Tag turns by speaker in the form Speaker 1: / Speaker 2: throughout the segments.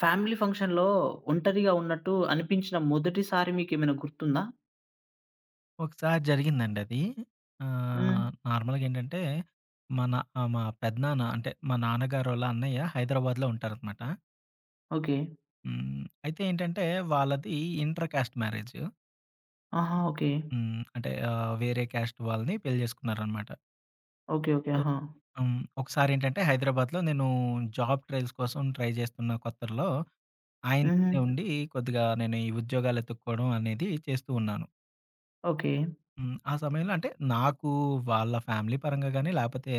Speaker 1: Family ఫంక్షన్‌లో ఒంటరిగా ఉన్నట్టు అనిపించిన మొదటిసారి మీకేమైనా గుర్తుందా?
Speaker 2: ఒకసారి జరిగిందండది.
Speaker 1: హ్మ్.
Speaker 2: నార్మల్‌గేంటంటే, మా పెదనాన్న అంటే, మా నాన్నగారోళ్ళ అన్నయ్య హైదరాబాద్‌లో ఉంటారనమాట.
Speaker 1: ఓకే.
Speaker 2: హ్మ్. అయితే ఏంటంటే, వాళ్ళది ఇంటర్ కాస్ట్ మ్యారేజు.
Speaker 1: ఆహా! ఓకే.
Speaker 2: హ్మ్. అంటే వేరే కాస్ట్ వాళ్ళని పెళ్లి చేసుకున్నారనమాట.
Speaker 1: ఓకే. ఓకే.
Speaker 2: సో
Speaker 1: ఆహా!
Speaker 2: హ్మ్. ఒకసారేంటంటే, హైదరాబాద్‌లో నేను జాబ్ ట్రైల్స్ కోసం ట్రై చేస్తున్న కొత్తల్లో, ఆయన
Speaker 1: హుహు.
Speaker 2: దగ్గరే ఉండి కొద్దిగా నేను ఈ ఉద్యోగాలు ఎతుక్కోవడం అనేది చేస్తూ ఉన్నాను.
Speaker 1: ఓకే.
Speaker 2: హ్మ్. ఆ సమయంలో అంటే నాకు వాళ్ళ ఫ్యామిలీ పరంగా గాని, లేపోతే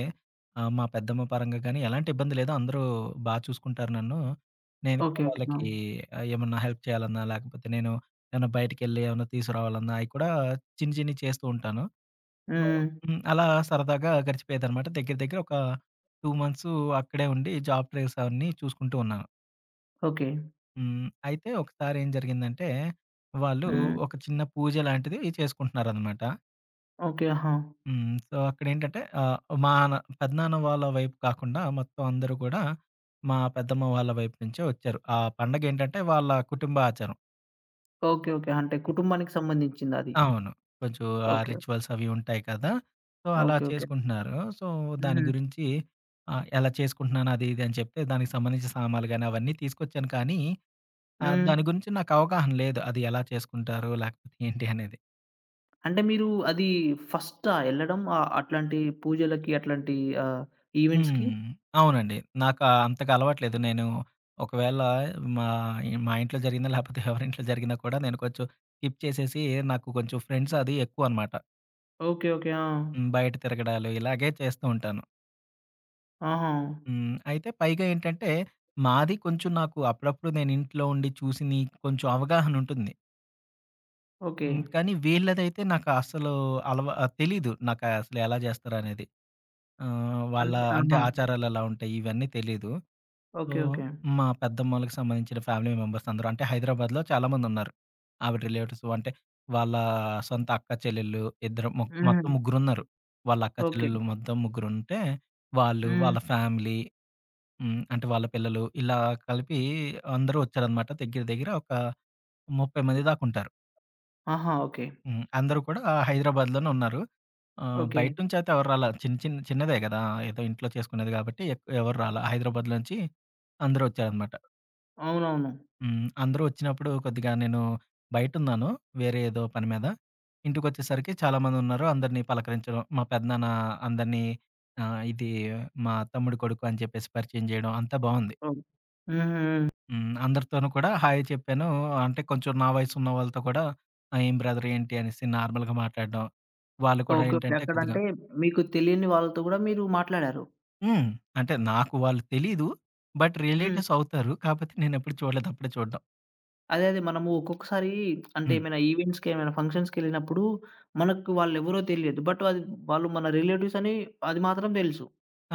Speaker 2: మా పెద్దమ్మ పరంగా గాని ఎలాంటి ఇబ్బంది లేదు. అందరూ బా చూసుకుంటారు నన్ను. నేను కూడా
Speaker 1: ఓకే. ఓకే.
Speaker 2: వాళ్ళకి
Speaker 1: ఆ!
Speaker 2: ఏమన్నా హెల్ప్ చేయాలన్నా, లేకపోతే నేను ఏమన్నా బయటికెళ్ళి ఏమన్నా తీసుకురావాలన్నా, అయి కూడా చిన్ని చిన్నియి చేస్తూ ఉంటాను. సో
Speaker 1: హ్మ్.
Speaker 2: హ్మ్. అలా సరదాగా గడిచిపోయేదనమాట. దగ్గర దగ్గర ఒక 2 మంత్స్ అక్కడే ఉండి జాబ్ ట్రేస్ అవన్నీ చూసుకుంటూ ఉన్నాను.
Speaker 1: ఓకే.
Speaker 2: హ్మ్. అయితే ఒకసారి ఏం జరిగిందంటే, వాళ్ళు
Speaker 1: హ్మ్.
Speaker 2: ఒక చిన్న పూజ లాంటిది చేసుకుంటున్నారనమాట.
Speaker 1: ఓకే. ఆహా!
Speaker 2: హ్మ్. సో, అక్కడేంటంటే మా పెదనాన్న వాళ్ళ వైపు కాకుండా మొత్తం అందరూ కూడా మా పెద్దమ్మ వాళ్ళ వైపు నుంచే వచ్చారు. ఆ పండగేంటంటే వాళ్ళ కుటుంబ ఆచారం.
Speaker 1: ఓకే. ఓకే. అంటే కుటుంబానికి సంబంధించిందది.
Speaker 2: అవును. కొంచెం ఆ
Speaker 1: ఓకే.
Speaker 2: రిచువల్స్ అవి ఉంటాయి కదా! సో, అలా
Speaker 1: ఓకే. ఓకే.
Speaker 2: చేసుకుంటున్నారు. సో, దాని
Speaker 1: హుహు.
Speaker 2: గురించి ఎలా చేసుకుంటున్నాను అది ఇది అని చెప్తే దానికి సంబంధించిన సామాన్లు గాని అవన్నీ తీసుకొచ్చాను కానీ
Speaker 1: హ్మ్.
Speaker 2: దాని గురించి నాకు అవగాహన లేదు. అది ఎలా చేసుకుంటారు? లేకపోతే ఏంటి అనేది.
Speaker 1: అంటే మీరు అది ఫస్టా ఎళ్ళడం? అట్లాంటి పూజలకి అట్లాంటి ఆహ్, ఈవెంట్స్‌కి?
Speaker 2: హ్మ్. అవునండి. నాకు అంతగా అలవాట్లేదు. నేను ఒకవేళ మా మా ఇంట్లో జరిగినా, లేకపోతే ఎవరింట్లో జరిగినా కూడా నేను కొంచెం స్కిప్ చేసేసి, నాకు కొంచెం ఫ్రెండ్స్ అది ఎక్కువనమాట.
Speaker 1: ఓకే. ఓకే. ఆ!
Speaker 2: హ్మ్. బయట తిరగడాలు ఇలాగే చేస్తూ ఉంటాను.
Speaker 1: ఆహా!
Speaker 2: హ్మ్. అయితే పైగా ఏంటంటే, మాది కొంచెం నాకు అప్పుడప్పుడు నేను ఇంట్లో ఉండి చూసిని కొంచెం అవగాహనుంటుంది.
Speaker 1: ఓకే.
Speaker 2: హ్మ్. కానీ వీళ్ళదైతే నాకు అసలు అలవా తెలీదు. నాకు అసలు ఎలా జేస్తారనేది. వాళ్ళ
Speaker 1: అంటే
Speaker 2: అంటే
Speaker 1: ఆహా!
Speaker 2: ఆచారాలెలా ఉంటాయి, ఇవన్నీ తెలీదు. So,
Speaker 1: okay. ఓకే.
Speaker 2: మా పెద్దమ్మోళ్ళకి సంబంధించిన ఫ్యామిలీ మెంబర్స్ అందరూ అంటే హైదరాబాద్‌లో చాలామందున్నారు. ఆవిడ రిలేటివ్స్ అంటే వాళ్ళ సొంత అక్క చెల్లెళ్ళు ఇద్దరు ము మొత్తం
Speaker 1: హ్మ్.
Speaker 2: ముగ్గురున్నారు. వాళ్ళ అక్క
Speaker 1: ఓకే.
Speaker 2: చెల్లెళ్ళు మొత్తం ముగ్గురుంటే వాళ్ళు,
Speaker 1: హ్మ్.
Speaker 2: వాళ్ళ ఫ్యామిలీ హ్మ్. అంటే వాళ్ళ పిల్లలు ఇలా కలిపి అందరూ వచ్చారనమాట. దగ్గర దగ్గర ఒక 30 మంది దాకుంటారు.
Speaker 1: ఆహా! ఓకే.
Speaker 2: హ్మ్. అందరూ కూడా హైదరాబాద్‌లోనే ఉన్నారు.
Speaker 1: ఓకే.
Speaker 2: బయట నుంచయితే ఎవరు రాలా. చిన్న చిన్న చిన్నదే గదా! ఏదో ఇంట్లో చేసుకునేది గాబట్టి ఎవరు రాలా. హైదరాబాద్‌లోంచి అందరూ వచ్చారనమాట.
Speaker 1: అవునవును.
Speaker 2: హ్మ్. అందరూ వచ్చినప్పుడు కొద్దిగా నేను బయటున్నాను. వేరే ఏదో పని మీద. ఇంటికొచ్చేసరికి చాలామందున్నారు. అందరిని పలకరించడం, మా పెదనాన్న అందరినీ ఇది మా తమ్ముడి కొడుకు అని చెప్పేసి పరిచయం చేయడం అంతా బావుంది.
Speaker 1: అవును. హ్మ్. హ్మ్.
Speaker 2: హ్మ్. అందరితోనూ కూడా హాయ్ చెప్పాను. అంటే కొంచెం నా వయసున్న వాళ్ళతో కూడా ఏం బ్రదర్ ఏంటి అనేసి నార్మల్‌గా మాట్లాడడం. వాళ్ళు కూడా
Speaker 1: ఓకే. ఓకే.
Speaker 2: ఏంటంటే కొద్దిగా
Speaker 1: అక్కడంటే మీకు తెలియని వాళ్ళతో గూడా మీరు మాట్లాడారు.
Speaker 2: హ్మ్. అంటే నాకు వాళ్ళు తెలీదు. బట్
Speaker 1: హ్మ్.
Speaker 2: రిలేటివ్స్ అవుతారు. కాపోతే నేనెప్పుడు చూడలేదు. అప్పుడే చూడడం.
Speaker 1: అదే అదే మనము ఒక్కొక్కసారి అంటే
Speaker 2: హ్మ్.
Speaker 1: ఏమైనా ఈవెంట్స్‌కి, ఏమైనా ఫంక్షన్స్‌కెళ్ళినప్పుడు మనకు వాళ్ళెవరో తెలియదు. బట్ అది వాళ్ళు మన రిలేటివ్స్ అని అది మాత్రం తెలుసు.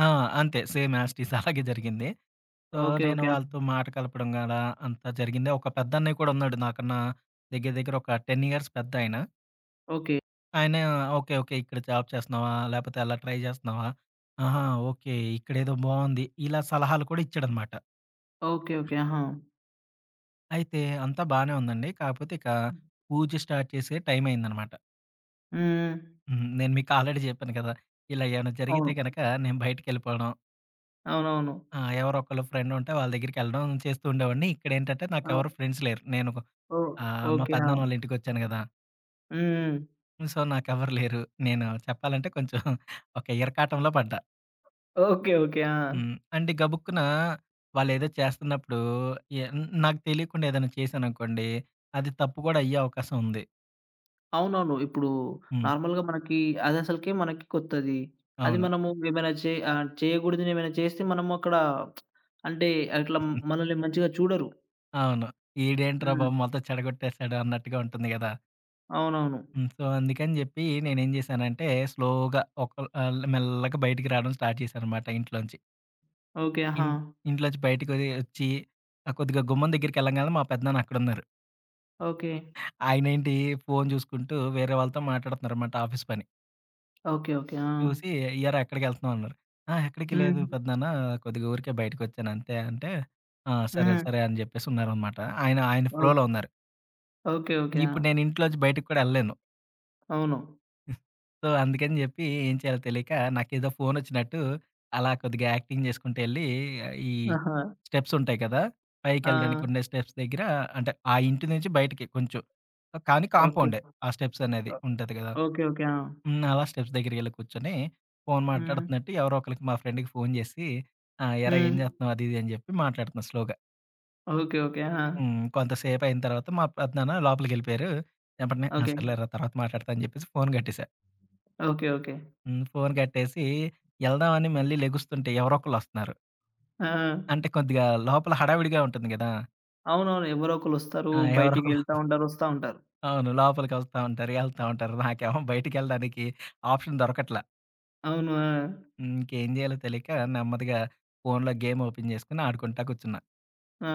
Speaker 2: ఆ! అంతే సేమ్ యాస్ టీజ్ అలాగే జరిగింది. So,
Speaker 1: okay.
Speaker 2: నేను
Speaker 1: ఓకే. ఆ!
Speaker 2: వాళ్ళతో మాట కలపడం గూడా అంతా జరిగింది. ఒక పెద్దన్నయ్య కూడా ఉన్నాడు నాకన్నా దగ్గర దగ్గర ఒక 10 ఇయర్స్ పెద్దాయన.
Speaker 1: ఓకే.
Speaker 2: ఆయన ఆయన ఓకే. ఓకే. ఇక్కడ జాబ్ చేస్తున్నావా? లేపోతే అలా ట్రై జేస్తున్నావా? ఆహా! ఓకే. ఇక్కడేదో బావుంది. ఇలా సలహాలు కూడా ఇచ్చాడనమాట.
Speaker 1: ఓకే. ఓకే. ఆహా!
Speaker 2: అయితే అంతా బానే ఉందండి. కాకపోతే ఇక
Speaker 1: హ్మ్.
Speaker 2: పూజ స్టార్ట్ చేసే టైం అయిందనమాట.
Speaker 1: హ్మ్.
Speaker 2: హ్మ్. నేను మీకు ఆల్రెడీ జెప్పాను కదా! ఇలా ఏమైనా జరిగితే
Speaker 1: అవును.
Speaker 2: గనక నేను బయటికెళ్ళిపోవడం.
Speaker 1: అవునవును.
Speaker 2: ఎవరో ఒకళ్ళు ఫ్రెండ్ ఉంటే వాళ్ళ దగ్గరికెళ్ళడం చేస్తూ ఉండేవాడిని. ఇక్కడేంటంటే
Speaker 1: ఆ!
Speaker 2: నాకెవరు ఫ్రెండ్స్ లేరు. నేను
Speaker 1: ఓహ్!
Speaker 2: మా
Speaker 1: ఓకే. ఆ!
Speaker 2: పెద్దనాన్న
Speaker 1: హ్మ్.
Speaker 2: వాళ్ళ ఇంటికొచ్చాను గదా!
Speaker 1: హ్మ్.
Speaker 2: సో, నాకెవ్వరు లేరు. నేను చెప్పాలంటే కొంచెం ఒక ఇరకాటంలో పడ్డా.
Speaker 1: ఓకే. ఓకే. ఆ!
Speaker 2: హ్మ్. అంటే గబుక్కున వాళ్ళేదో చేస్తున్నప్పుడు ఎ న్ నాకు తెలియకుండా ఏదైనా చేశాననుకోండి, అది తప్పు గూడా అయ్యే అవకాశం ఉంది.
Speaker 1: అవునవును. ఇప్పుడు
Speaker 2: హ్మ్.
Speaker 1: నార్మల్‌గా మనకి అదసలకే మనకి కొత్తది. అది
Speaker 2: అవును.
Speaker 1: మనము ఏమైనా చేయకూడనిదేమైనా చేస్తే మనము అక్కడ అంటే అట్లా మనల్ని మంచిగా చూడరు.
Speaker 2: అవును. ఈడేంట్రా
Speaker 1: హ్మ్.
Speaker 2: బాబు మొత్తం చెడగొట్టేసాడు అన్నట్టుగా ఉంటుంది గదా!
Speaker 1: అవునవును.
Speaker 2: హ్మ్. సో, అందుకని జెప్పి నేనేం జేశానంటే స్లోగా ఒక మెల్లగా బయటికి రావడం స్టార్ట్ చేశాననమాట ఇంట్లోంచి.
Speaker 1: ఓకే.
Speaker 2: ఇన్
Speaker 1: ఆహా!
Speaker 2: ఇంట్లోంచి బయటికి ఒచ్చి కొద్దిగా గుమ్మం దగ్గరికెళ్ళంగానే మా పెద్దనాన్న అక్కడున్నారు.
Speaker 1: ఓకే.
Speaker 2: ఆయనేంటి ఫోను జూసుకుంటూ వేరే వాళ్ళతో మాట్లాడుతున్నారనమాట ఆఫీస్ పని.
Speaker 1: ఓకే. ఓకే. ఆ!
Speaker 2: చూసి "ఏరా ఎక్కడికెళ్తున్నావు?" అన్నారు. "ఆ! ఎక్కడికి లేదు
Speaker 1: హ్మ్.
Speaker 2: పెద్దనాన్న కొద్దిగా ఊరికే బయటకొచ్చాను అంతే" అంటే "ఆ! సరే,
Speaker 1: హ్మ్.
Speaker 2: సరే" అని జెప్పేసి ఉన్నారనమాట. ఆయన ఆయన
Speaker 1: ఓ
Speaker 2: ఫ్లోలో ఉన్నారు.
Speaker 1: ఓకే. ఓకే. ఆ!
Speaker 2: ఇప్పుడు నేను ఇంట్లోంచి బయటికి కూడా ఎళ్ళలేను.
Speaker 1: అవును.
Speaker 2: సో, అందుకని జెప్పి ఏం చేయాలో తెలియక నాకేదో ఫోనొచ్చినట్టు అలా కొద్దిగా యాక్టింగ్ జేసుకుంటూ ఎళ్ళి ఈ
Speaker 1: ఆహా!
Speaker 2: స్టెప్స్ ఉంటాయి కదా!
Speaker 1: ఆ!
Speaker 2: పైకెళ్ళడానికి ఉండే స్టెప్స్ దగ్గర అంటే ఆ ఇంటి నుంచి బయటికి కొంచెం కానీ
Speaker 1: ఓకే.
Speaker 2: కాంపౌండే ఆ స్టెప్స్ అనేది
Speaker 1: ఓ
Speaker 2: ఉంటది గదా!
Speaker 1: ఓకే. ఓకే. ఆ!
Speaker 2: హ్మ్. అలా స్టెప్స్ దగ్గరికెళ్లి కూర్చొని, ఫోను
Speaker 1: హ్మ్.
Speaker 2: మాట్లాడుతున్నట్టు ఎవరో ఒకళ్ళకి మా ఫ్రెండ్‌కి ఫోను జేసి, ఆ! "ఏరా ఏం
Speaker 1: హ్మ్.
Speaker 2: జేత్తన్నావు?" అది ఇది అని జెప్పి మాట్లాడుతున్నా స్లోగా.
Speaker 1: ఓకే. ఓకే. ఆ!
Speaker 2: హ్మ్. కొంతసేపయిన తర్వాత మా పెద్దనాన్న లోపలికెళ్ళిపోయారు. ఎంబటనే "ఆ!
Speaker 1: ఓకే.
Speaker 2: సర్లేరా తర్వాత మాట్లాడతా" అని జెప్పేసి ఫోను గట్టేశా.
Speaker 1: ఓకే. ఓకే.
Speaker 2: హ్మ్. ఫోను గట్టేసి ఎళ్దామని మళ్ళీ లెగుస్తుంటే ఎవరో ఒకళ్ళొస్తున్నారు.
Speaker 1: ఆ!
Speaker 2: అంటే కొద్దిగా లోపల హడావిడిగా ఉంటుంది గదా!
Speaker 1: అవునవును. ఎవరో ఒకళ్ళొస్తారు.
Speaker 2: ఆ! ఎవరో ఒకళ్ళు
Speaker 1: బయటికెళ్తా ఉంటారు. వస్తా ఉంటారు.
Speaker 2: అవును. లోపలికొస్తా ఉంటారు, ఎళ్తా ఉంటారు. నాకేమో బయటికెళ్ళడానికి ఆప్షన్ దొరకట్లా.
Speaker 1: అవును. ఆ!
Speaker 2: హ్మ్. ఇంకేం జేయాలో తెలియక నెమ్మదిగా ఫోనులో గేమ్ ఓపెన్ జేసుకొని ఆడుకుంటా కూర్చున్నా.
Speaker 1: ఆ!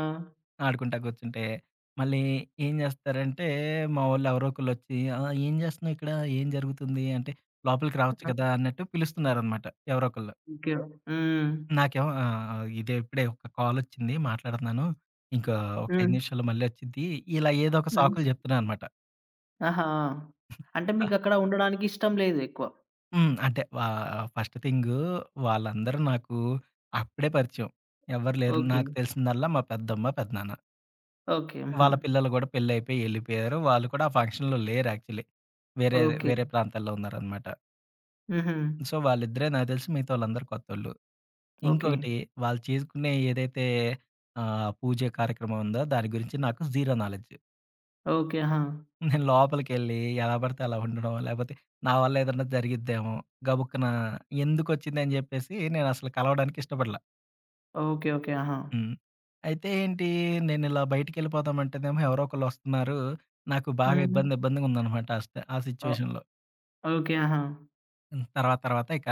Speaker 2: ఆడుకుంటా కూర్చుంటే. మళ్ళీ ఏం జేస్తారంటే, మా వోళ్ళు ఎవరో ఒకళ్ళొచ్చి, "ఆ! ఏం జేస్తున్నావు ఇక్కడ? ఏం జరుగుతుంది?" అంటే, "లోపలికి రావచ్చు
Speaker 1: ఆ!
Speaker 2: కదా!" అన్నట్టు పిలుస్తున్నారనమాట ఎవరో ఒకళ్ళు.
Speaker 1: ఓకే. హ్మ్.
Speaker 2: నాకేమో ఆ! ఆ! ఇదే ఇప్పుడే ఒక కాలొచ్చింది మాట్లాడుతున్నాను. ఇంకా ఒక 5
Speaker 1: హ్మ్.
Speaker 2: నిమిషాల్లో మళ్ళొచ్చిద్ది. ఇలా ఏదో ఒక
Speaker 1: హ్మ్.
Speaker 2: సాకులు జెప్తున్నా అనమాట.
Speaker 1: ఆహా! ఆ! అంటే
Speaker 2: ఆ!
Speaker 1: మీకక్కడ ఉండడానికి ఇష్టం లేదు ఎక్కువ.
Speaker 2: హ్మ్. అంటే ఫస్ట్ థింగు వాళ్ళందరూ నాకు అప్పుడే పరిచయం. ఎవ్వరు లేరు.
Speaker 1: ఓకే.
Speaker 2: నాకు తెలిసిందల్లా మా పెద్దమ్మ, పెదనాన్న.
Speaker 1: ఓకే. హుహు.
Speaker 2: వాళ్ళ పిల్లలు గూడా పెళ్లయిపోయి ఎళ్ళిపోయారు. వాళ్ళు కూడా ఆ ఫంక్షన్‌లో లేరు యాక్చువల్లీ. వేరే
Speaker 1: ఓకే.
Speaker 2: వేరే ప్రాంతాల్లో ఉన్నారనమాట.
Speaker 1: హుహు.
Speaker 2: సో, వాళ్ళిద్దరే నాకు తెలిసి మిగతా వాళ్ళందరూ కొత్తోళ్ళు.
Speaker 1: ఓకే.
Speaker 2: ఇంకొకటి వాళ్ళు చేసుకునే ఏదైతే పూజ కార్యక్రమం ఉందో దాని గురించి నాకు జీరో నాలెడ్జ్.
Speaker 1: ఓకే. ఆహా!
Speaker 2: నేను లోపలికెళ్ళి ఎలా పడితే అలా ఉండడం, లేపోతే నా వల్ల ఏదన్నా జరిగిద్దేమో, గబుక్కున ఎందుకొచ్చిందని జెప్పేసి నేనసలు కలవడానికి ఇష్టపడల.
Speaker 1: ఓకే. ఓకే. ఆహా!
Speaker 2: హ్మ్. అయితే ఏంటి, నేనిలా బయటికెళ్ళిపోదామంటేనేమో ఎవరో ఒకళ్ళొస్తున్నారు. నాకు బాగా
Speaker 1: హ్మ్.
Speaker 2: ఇబ్బందిగా ఉందనమాట ఆ
Speaker 1: ఓ
Speaker 2: సిచ్యువేషన్‌లో.
Speaker 1: ఓకే. ఆహా!
Speaker 2: హ్మ్. తర్వాత తర్వాత ఇక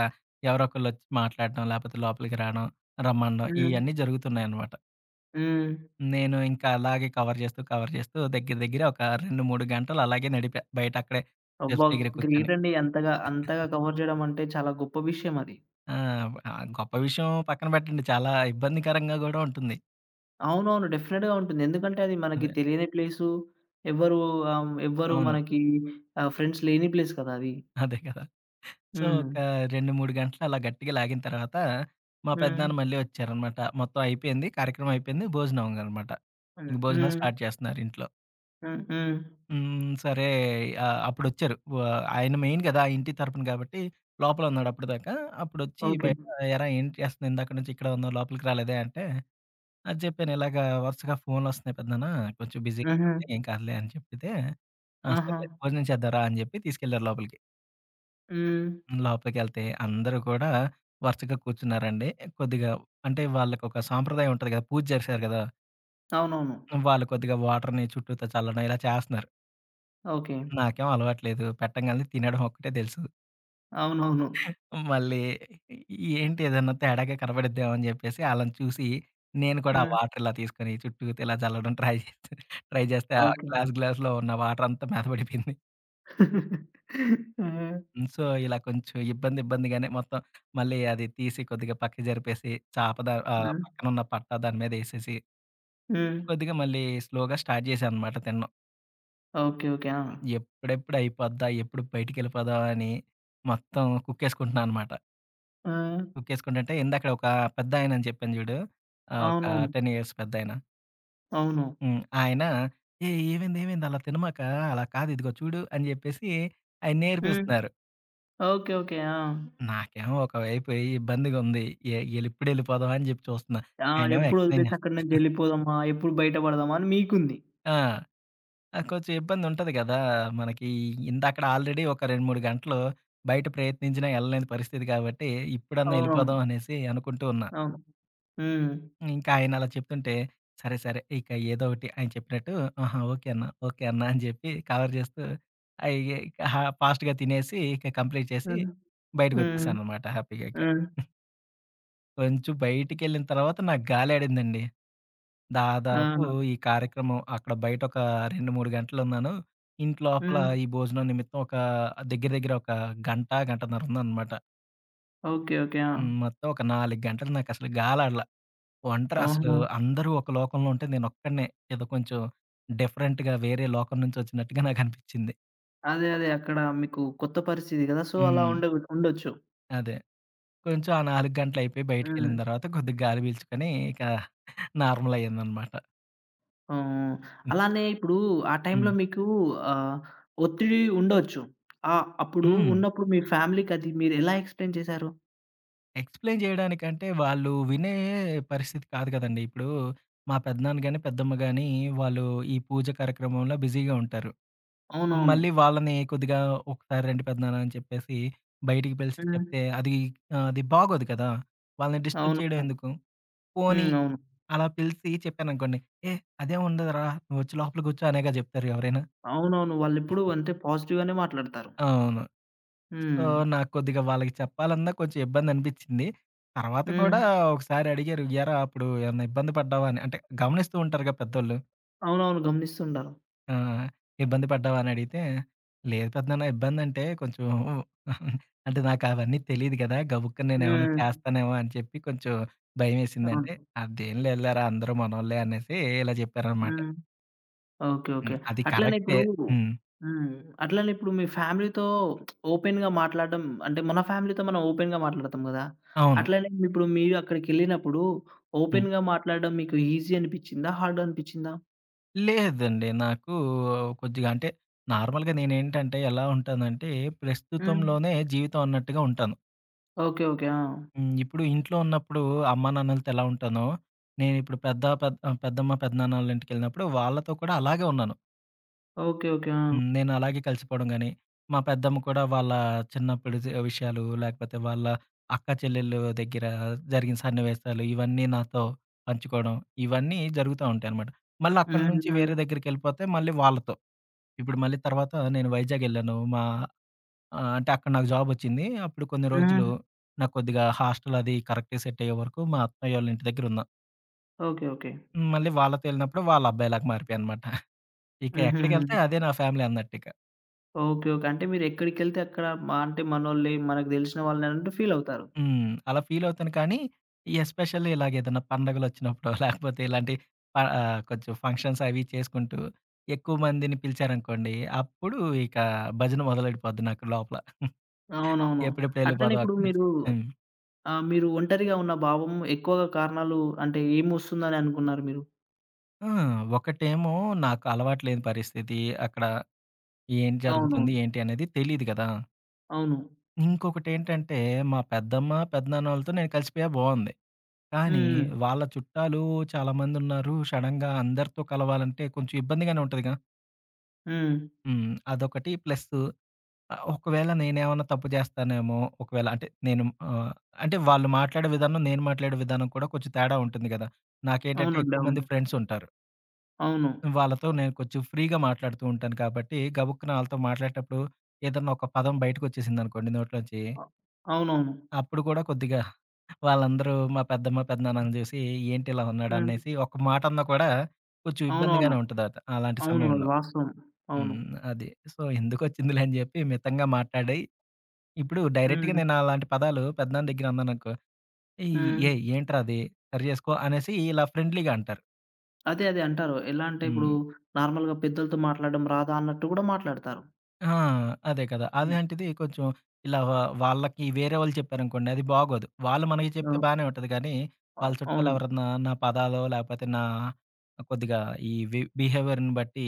Speaker 2: ఎవరో ఒకళ్ళొచ్చి మాట్లాడడం, లేపోతే లోపలికి రాడం, రమ్మనడం
Speaker 1: హ్మ్.
Speaker 2: ఇయన్నీ జరుగుతున్నాయనమాట.
Speaker 1: హ్మ్.
Speaker 2: నేను ఇంకా అలాగే కవర్ చేస్తూ దగ్గర దగ్గర ఒక 2, 3 గంటలు అలాగే నడిపా. బయట అక్కడే
Speaker 1: అబ్బా!
Speaker 2: స్టెప్స్ దగ్గర కూర్చొని.
Speaker 1: గ్రేట్ అండి. అంతగా అంతగా కవర్ చేయడం అంటే చాలా గొప్ప విషయం అది.
Speaker 2: ఆ! ఆ గొప్ప విషయం పక్కన పెట్టండి. చాలా ఇబ్బందికరంగా గూడా ఉంటుంది.
Speaker 1: అవునవును. డెఫినిట్‌గా ఉంటుంది. ఎందుకంటే అది మనకి
Speaker 2: అదే.
Speaker 1: తెలియని ప్లేసు. ఎవ్వరు ఎవ్వరు
Speaker 2: అవును.
Speaker 1: మనకి ఫ్రెండ్స్ లేని ప్లేస్ కదా అది.
Speaker 2: అదే కదా! సో,
Speaker 1: హ్మ్.
Speaker 2: ఒక 2, 3 గంటలు అలా గట్టిగా లాగిన తర్వాత, మా
Speaker 1: హ్మ్.
Speaker 2: పెద్దనాన్న మళ్ళీ వచ్చారనమాట. మొత్తం అయిపోయింది. కార్యక్రమం అయిపోయింది. భోజనం అనమాట.
Speaker 1: హ్మ్.
Speaker 2: ఇంక భోజనాలు
Speaker 1: హ్మ్.
Speaker 2: స్టార్ట్ చేస్తున్నారు ఇంట్లో.
Speaker 1: హ్మ్. హ్మ్.
Speaker 2: హ్మ్. సరే అప్పుడొచ్చారు. ఆయన మెయిన్ కదా! ఆ ఇంటి తరపున కాబట్టి లోపల ఉన్నాడు అప్పటిదాకా. అప్పుడొచ్చి
Speaker 1: ఓకే.
Speaker 2: బయట "ఏరా ఏంటి చేస్తున్నావు? ఇందాక నుంచి ఇక్కడే ఉన్నావు. లోపలికి రాలేదే" అంటే, అది చెప్పాను. "ఇలాగ వరుసగా ఫోన్‌లొస్తున్నాయి పెద్దనాన్న. కొంచెం బిజీగా
Speaker 1: హుహు.
Speaker 2: ఉంది. ఏం కాదులే" అని చెప్పితే, "ఆ!
Speaker 1: ఆహా!
Speaker 2: సర్లే భోజనం చేద్దాం రా" అని చెప్పి తీసుకెళ్లారు లోపలికి.
Speaker 1: హ్మ్.
Speaker 2: లోపలికెళ్తే అందరూ కూడా వరుసగా కూర్చున్నారండి. కొద్దిగా అంటే వాళ్ళకొక సాంప్రదాయం ఉంటది కదా! పూజ చేశారు కదా!
Speaker 1: అవునవును.
Speaker 2: వాళ్ళు కొద్దిగా వాటర్‌ని చుట్టూతా చల్లడం ఇలా చేస్తన్నారు.
Speaker 1: ఓకే.
Speaker 2: నాకేం అలవాట్లేదు. పెట్టంగాల్నే తినడం ఒక్కటే తెలుసు.
Speaker 1: అవునవును.
Speaker 2: మళ్ళీ ఏంటి ఏదన్నా తేడాగా కనపడిద్దేమో అని చెప్పేసి ఆళ్ళని చూసి నేను కూడా ఆ
Speaker 1: హ్మ్.
Speaker 2: వాటర్ ఇలా తీసుకొని చుట్టూతా ఇలా చల్లడం ట్రై చేశా. ట్రై చేస్తే ఆ
Speaker 1: ఓకే.
Speaker 2: గ్లాస్‌లో ఉన్న వాటర్ అంతా మీద పడిపోయింది.
Speaker 1: ఆ!
Speaker 2: హ్మ్. సో, ఇలా కొంచెం ఇబ్బందిగానే మొత్తం మళ్ళీ అది తీసి కొద్దిగా పక్కకి జరిపేసి
Speaker 1: హ్మ్.
Speaker 2: పక్కనున్న పట్టా దాని మీదేసేసి
Speaker 1: హ్మ్.
Speaker 2: కొద్దిగా మళ్ళీ స్లోగా స్టార్ట్ చేశాననమాట తినడం.
Speaker 1: ఓకే. ఓకే. ఆ!
Speaker 2: ఎప్పుడెప్పుడు అయిపోద్దా? ఎప్పుడు బయటికెళ్ళిపోదాం అని మొత్తం కుక్కేసుకుంటున్నా అనమాట.
Speaker 1: ఆ!
Speaker 2: కుక్కేసుకుంటుంటే ఇందాక ఒక పెద్దాయనని చెప్పాను చూడు. ఒక
Speaker 1: అవునవును.
Speaker 2: 10 ఇయర్స్ పెద్దాయన.
Speaker 1: అవును.
Speaker 2: హ్మ్. ఆయన "ఏయ్! ఏమైంది? ఏమైంది? అలా తినమాక. అలా కాదు ఇదిగో చూడు" అని చెప్పేసి ఆయన
Speaker 1: హ్మ్.
Speaker 2: నేర్పిస్తున్నారు.
Speaker 1: ఓకే. ఓకే. ఆ!
Speaker 2: నాకేమో ఒకవైపు ఇబ్బందిగా ఉంది. ఎ ఎప్పుడెళ్ళిపోదామా అని చెప్పి చూస్తున్నా.
Speaker 1: ఆ!
Speaker 2: ఆయనేమో
Speaker 1: ఎప్పుడు
Speaker 2: ఎక్స్‌ప్లెయిన్
Speaker 1: వదిలేసి
Speaker 2: చేస్తా
Speaker 1: అక్కడి నుంచి ఎళ్ళిపోదామా? ఎప్పుడు బయట పడదామా? అని మీకుంది.
Speaker 2: ఆ! ఆ! కొంచెం ఇబ్బంది ఉంటది కదా! మనకి ఇందక్కడ ఆల్రెడీ ఒక 2, 3 గంటలు బయట ప్రయత్నించినా ఎళ్ళలేని పరిస్థితి కాబట్టి, ఇప్పుడన్నా
Speaker 1: అవునవును.
Speaker 2: ఎళ్ళిపోదాం అనేసి అనుకుంటూ ఉన్నా.
Speaker 1: అవును. హ్మ్.
Speaker 2: ఇంకా ఆయన అలా చెప్తుంటే, సరే, సరే ఇక ఏదో ఒకటి ఆయన చెప్పినట్టు ఆహా! ఓకే అన్న అని చెప్పి కవర్ చేస్తూ అయి ఇక ఫాస్ట్‌గా తినేసి ఇక కంప్లీట్ చేసి
Speaker 1: హ్మ్. హ్మ్.
Speaker 2: బయటకొచ్చేసాననమాట హ్యాపీగా ఇక.
Speaker 1: హ్మ్.
Speaker 2: కొంచెం బయటికెళ్ళిన తర్వాత నాకు గాలాడిందండి. దాదాపు
Speaker 1: ఆ!
Speaker 2: ఈ కార్యక్రమం అక్కడ బయటొక 2, 3 గంటలున్నాను. ఇంటి లోపల
Speaker 1: హ్మ్.
Speaker 2: ఈ భోజనం నిమిత్తం ఒక దగ్గర దగ్గర ఒక గంట, గంటన్నర ఉన్నాననమాట.
Speaker 1: ఓకే. ఓకే. ఆ!
Speaker 2: హ్మ్. మొత్తం ఒక 4 గంటలు నాకసలు గాలాడల. ఒంటరి అసలు
Speaker 1: ఓహో!
Speaker 2: అందరూ ఒక లోకంలో ఉంటే నేనొక్కడినే ఏదో కొంచెం డిఫరెంట్‌గా వేరే లోకం నుంచొచ్చినట్టుగా నాకనిపిచ్చింది.
Speaker 1: అదే. అదే. అక్కడ మీకు కొత్త పరిస్థితి గదా! సో, అలా
Speaker 2: హ్మ్.
Speaker 1: ఉండ ఉండొచ్చు.
Speaker 2: అదే. కొంచెం ఆ 4 గంటలయిపోయి
Speaker 1: హ్మ్.
Speaker 2: బయటికెళ్ళిన తర్వాత కొద్దిగా గాలి పీల్చుకొని ఇక నార్మలయ్యాననమాట.
Speaker 1: హ్మ్. అలానే ఇప్పుడు ఆ టైంలో
Speaker 2: హ్మ్.
Speaker 1: మీకు ఆహ్, ఒత్తిడి ఉండొచ్చు. అప్పుడు
Speaker 2: హ్మ్.
Speaker 1: ఉన్నప్పుడు మీ ఫ్యామిలీకి అది మీరు ఎలా ఎక్స్‌ప్లెయిన్ చేశారు?
Speaker 2: ఎక్స్‌ప్లెయిన్ జేయడానికంటే, వాళ్ళు వినే పరిస్థితి కాదు గదండీ. ఇప్పుడు మా పెద్దనాన్న గాని, పెద్దమ్మ గాని వాళ్ళు ఈ పూజ కార్యక్రమంలో బిజీగా ఉంటారు.
Speaker 1: అవునవును.
Speaker 2: మళ్ళీ వాళ్ళని కొద్దిగా ఒకసారి రండి పెద్దనాన్న అని చెప్పేసి బయటికి పిలిచి
Speaker 1: హ్మ్.
Speaker 2: చెప్తే అది అది బాగోదు కదా! వాళ్ళని డిస్టర్బ్ చేయడం
Speaker 1: అవునవును.
Speaker 2: ఎందుకు? పోనీ
Speaker 1: హ్మ్. అవును.
Speaker 2: అలా పిలిసి చెప్పాననుకోండి, "ఏ అదేం ఉండదురా నువ్వొచ్చి లోపల గూర్చో" అనేగా జెప్తారు ఎవరైనా.
Speaker 1: అవునవును. వాళ్ళెప్పుడు అంటే పాజిటివ్‌గానే మాట్లాడతారు.
Speaker 2: అవును. సో,
Speaker 1: హ్మ్.
Speaker 2: నాకు కొద్దిగా వాళ్ళకి చెప్పాలన్నా కొంచెం ఇబ్బందనిపిచ్చింది. తర్వాత
Speaker 1: హ్మ్.
Speaker 2: కూడా ఒకసారి అడిగారు, "ఏరా అప్పుడు ఏమన్నా ఇబ్బంది పడ్డావా?" అని. అంటే గమనిస్తూ ఉంటారుగా పెద్దోళ్ళు.
Speaker 1: అవునవును. గమనిస్తుండారు.
Speaker 2: ఆ! "ఇబ్బంది పడ్డావా?" అని అడిగితే, "లేదు పెద్దనాన్న ఇబ్బందంటే కొంచెం అంటే నాకవన్నీ తెలీదు గదా! గబుక్కన నేనేమన్నా
Speaker 1: హ్మ్.
Speaker 2: చేస్తానేమో" అని చెప్పి కొంచెం
Speaker 1: అవును.
Speaker 2: భయమేసిందంటే, "అదేం లేదులేరా అందరూ మనోళ్ళే" అనేసి ఇలా చెప్పారనమాట.
Speaker 1: హ్మ్. ఓకే.
Speaker 2: హ్మ్.
Speaker 1: ఓకే.
Speaker 2: అది
Speaker 1: అట్లనే
Speaker 2: కరెక్టే.
Speaker 1: ఇప్పుడు
Speaker 2: హ్మ్.
Speaker 1: హ్మ్. అట్లనే ఇప్పుడు మీ ఫ్యామిలీతో ఓపెన్‌గా మాట్లాడడం అంటే మన ఫ్యామిలీతో మనం ఓపెన్‌గా మాట్లాడతాం గదా!
Speaker 2: అవును.
Speaker 1: అట్లనే ఇప్పుడు మీరు అక్కడికెళ్ళినప్పుడు
Speaker 2: హ్మ్.
Speaker 1: ఓపెన్‌గా మాట్లాడడం మీకు ఈజీ అనిపిచ్చిందా? హార్డ్ అనిపిచ్చిందా?
Speaker 2: లేదండి. నాకు కొద్దిగా అంటే నార్మల్‌గా నేనేంటంటే ఎలా ఉంటానంటే
Speaker 1: హ్మ్.
Speaker 2: ప్రస్తుతంలోనే జీవితం అన్నట్టుగా ఉంటాను.
Speaker 1: ఓకే. ఓకే. ఆ!
Speaker 2: హ్మ్. ఇప్పుడు ఇంట్లో ఉన్నప్పుడు అమ్మానాన్నలతో ఎలా ఉంటానో, నేనిప్పుడు పెద్దమ్మ, పెద్దనాన్న వాళ్ళ ఇంటికెళ్ళినప్పుడు వాళ్ళతో కూడా అలాగే ఉన్నాను.
Speaker 1: ఓకే. ఓకే. ఆ!
Speaker 2: హ్మ్. నేను అలాగే కలిసిపోవడం గాని, మా పెద్దమ్మ కూడా వాళ్ళ చిన్నప్పుడు విషయాలు లేకపోతే వాళ్ళ అక్క చెల్లెళ్ళు దగ్గర జరిగిన సన్నివేశాలు ఇవన్నీ నాతో పంచుకోవడం. ఇవన్నీ జరుగుతా ఉంటాయన్నమాట. మళ్ళీ అక్కడి
Speaker 1: హ్మ్.
Speaker 2: నుంచి
Speaker 1: హ్మ్.
Speaker 2: వేరే దగ్గరికెళ్ళిపోతే మళ్ళీ వాళ్ళతో. ఇప్పుడు మళ్ళీ తర్వాత నేను వైజాగెళ్ళాను. మా అంటే అక్కడ నాకు జాబొచ్చింది. అప్పుడు కొన్ని రోజులు
Speaker 1: హ్మ్.
Speaker 2: నాకు కొద్దిగా హాస్టల్ అది కరెక్ట్‌గా సెట్ అయ్యే వరకు మా అత్తయ్యోళ్ళ ఇంటి దగ్గరున్నా.
Speaker 1: ఓకే. ఓకే.
Speaker 2: మళ్ళీ వాళ్ళతో ఎళ్ళినప్పుడు వాళ్ళ అబ్బాయిలాగా మారిపోయాననమాట. ఇక
Speaker 1: హుహుహు.
Speaker 2: ఎక్కడికెళ్తే అదే నా ఫ్యామిలీ అన్నట్టిక.
Speaker 1: ఓకే. ఓకే. అంటే మీరెక్కడికెళ్తే అక్కడ మ అంటే మనోళ్ళే మనకు దెలిసిన వాళ్ళే అన్నట్టు ఫీల్ అవుతారు.
Speaker 2: హ్మ్. అలా ఫీలవుతాను కానీ, ఎస్పెషల్లీ ఇలాగేదైనా పండగలొచ్చినప్పుడో లేకపోతే ఇలాంటి కొంచెం ఫంక్షన్స్ అవి చేసుకుంటూ ఎక్కువ మందిని పిలిచారనుకోండి, అప్పుడు ఇక భజన మొదలెడిపోద్ది నాకు లోపల.
Speaker 1: అవునవును.
Speaker 2: ఎప్పుడెప్పుడు
Speaker 1: అట్లనే
Speaker 2: ఎళ్ళిపోదాం
Speaker 1: ఇప్పుడు
Speaker 2: అక్కడి నుంచి.
Speaker 1: మీరు
Speaker 2: హ్మ్.
Speaker 1: ఆ! మీరు ఒంటరిగా ఉన్న భావం ఎక్కువగా కారణాలు అంటే ఏమొస్తుందని అనుకున్నారు మీరు?
Speaker 2: ఆ! ఒకటేమో నాకు అలవాటు లేని పరిస్థితి. అక్కడ ఏం జరుగుతుంది,
Speaker 1: అవునవును.
Speaker 2: ఏంటి అనేది తెలీదు కదా!
Speaker 1: అవును.
Speaker 2: ఇంకొకటేంటంటే మా పెద్దమ్మ, పెద్దనాన్నోళ్ళతో నేను కలిసిపోయా బావుంది. కానీ
Speaker 1: హ్మ్. హ్మ్.
Speaker 2: వాళ్ళ చుట్టాలు చాలామందున్నారు. సడెన్‌గా అందరితో కలవాలంటే కొంచెం ఇబ్బందిగానే ఉంటదిగా!
Speaker 1: హ్మ్.
Speaker 2: హ్మ్. అదొకటి ప్లస్సు ఒకవేళ నేనేమన్నా తప్పు చేస్తానేమో, ఒకవేళ అంటే అంటే వాళ్ళు మాట్లాడే విధానం, నేను మాట్లాడే విధానం కూడా కొంచెం తేడా ఉంటుంది గదా! నాకేంటంటే
Speaker 1: అవునండి.
Speaker 2: ఎక్కువ మంది
Speaker 1: అవును.
Speaker 2: ఫ్రెండ్సుంటారు.
Speaker 1: అవును.
Speaker 2: వాళ్ళతో నేను కొంచెం ఫ్రీగా మాట్లాడుతూ ఉంటాను కాబట్టి, గబుక్కున ఆళ్ళతో మాట్లాడేటప్పుడు ఏదన్నా ఒక పదం బయటకొచ్చేసిందనుకోండి నోట్లోంచి,
Speaker 1: అ అవునవును.
Speaker 2: అప్పుడు కూడా కొద్దిగా వాళ్ళందరూ మా పెద్దమ్మ, పెద్దనాన్నని చూసి ఏంటి ఇలా ఉన్నాడు
Speaker 1: హ్మ్.
Speaker 2: అనేసి ఒక మాటన్నా కూడా కొంచెం
Speaker 1: అవునవును.
Speaker 2: ఇబ్బందిగానే ఉంటదట అలాంటి
Speaker 1: అవును. అది
Speaker 2: సమయంలో.
Speaker 1: వాస్తవం. అవును.
Speaker 2: హ్మ్. అది. సో, ఎందుకొచ్చిందిలే అని చెప్పి మితంగా మాట్లాడి, ఇప్పుడు డైరెక్ట్‌గా
Speaker 1: హ్మ్.
Speaker 2: నేను అలాంటి పదాలు పెద్దనాన్న దగ్గర అన్నాననుకో, "ఏయ్!
Speaker 1: హ్మ్.
Speaker 2: ఏయ్! ఏ ఏంట్రా అది? సరి చేసుకో" అనేసి ఇలా ఫ్రెండ్లీగా అంటారు.
Speaker 1: అదే. అదే అంటారు. ఎలా అంటే ఇప్పుడు
Speaker 2: హ్మ్.
Speaker 1: నార్మల్‌గా పెద్దలతో మాట్లాడడం రాదా అన్నట్టు కూడా మాట్లాడతారు.
Speaker 2: ఆ! అదే కదా!
Speaker 1: హ్మ్.
Speaker 2: అలాంటిది కొంచెం ఇలా వా వాళ్ళకి వేరే వాళ్ళు చెప్పారనుకోండి అది బాగోదు. వాళ్ళు మనకి చెప్తే
Speaker 1: అవ్
Speaker 2: బానే ఉంటది కానీ, వాళ్ళ చుట్టాలు
Speaker 1: అవును.
Speaker 2: ఎవరన్నా నా పదాలో లేకపోతే నా కొద్దిగా ఈ వి బిహేవియర్‌ని బట్టి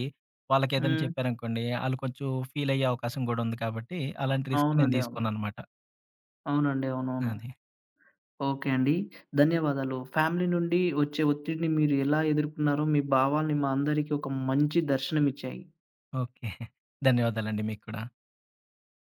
Speaker 2: వాళ్ళకేదైనా
Speaker 1: హ్మ్.
Speaker 2: చెప్పారనుకోండి, ఆళ్ళు కొంచెం ఫీల్ అయ్యే అవకాశం గూడా ఉంది కాబట్టి, అలాంటి రిస్క్ నేను
Speaker 1: అవునండి. అవును.
Speaker 2: తీసుకోననమాట.
Speaker 1: అవునండి. అవునవును.
Speaker 2: అది.
Speaker 1: ఓకే అండి. ధన్యవాదాలు. ఫ్యామిలీ నుండి వచ్చే ఒత్తిడిని మీరు ఎలా ఎదుర్కొన్నారో మీ భావాల్ని మా అందరికీ ఒక మంచి దర్శనమిచ్చాయి.
Speaker 2: ఓకే. ధన్యవాదాలండి మీకు కూడా.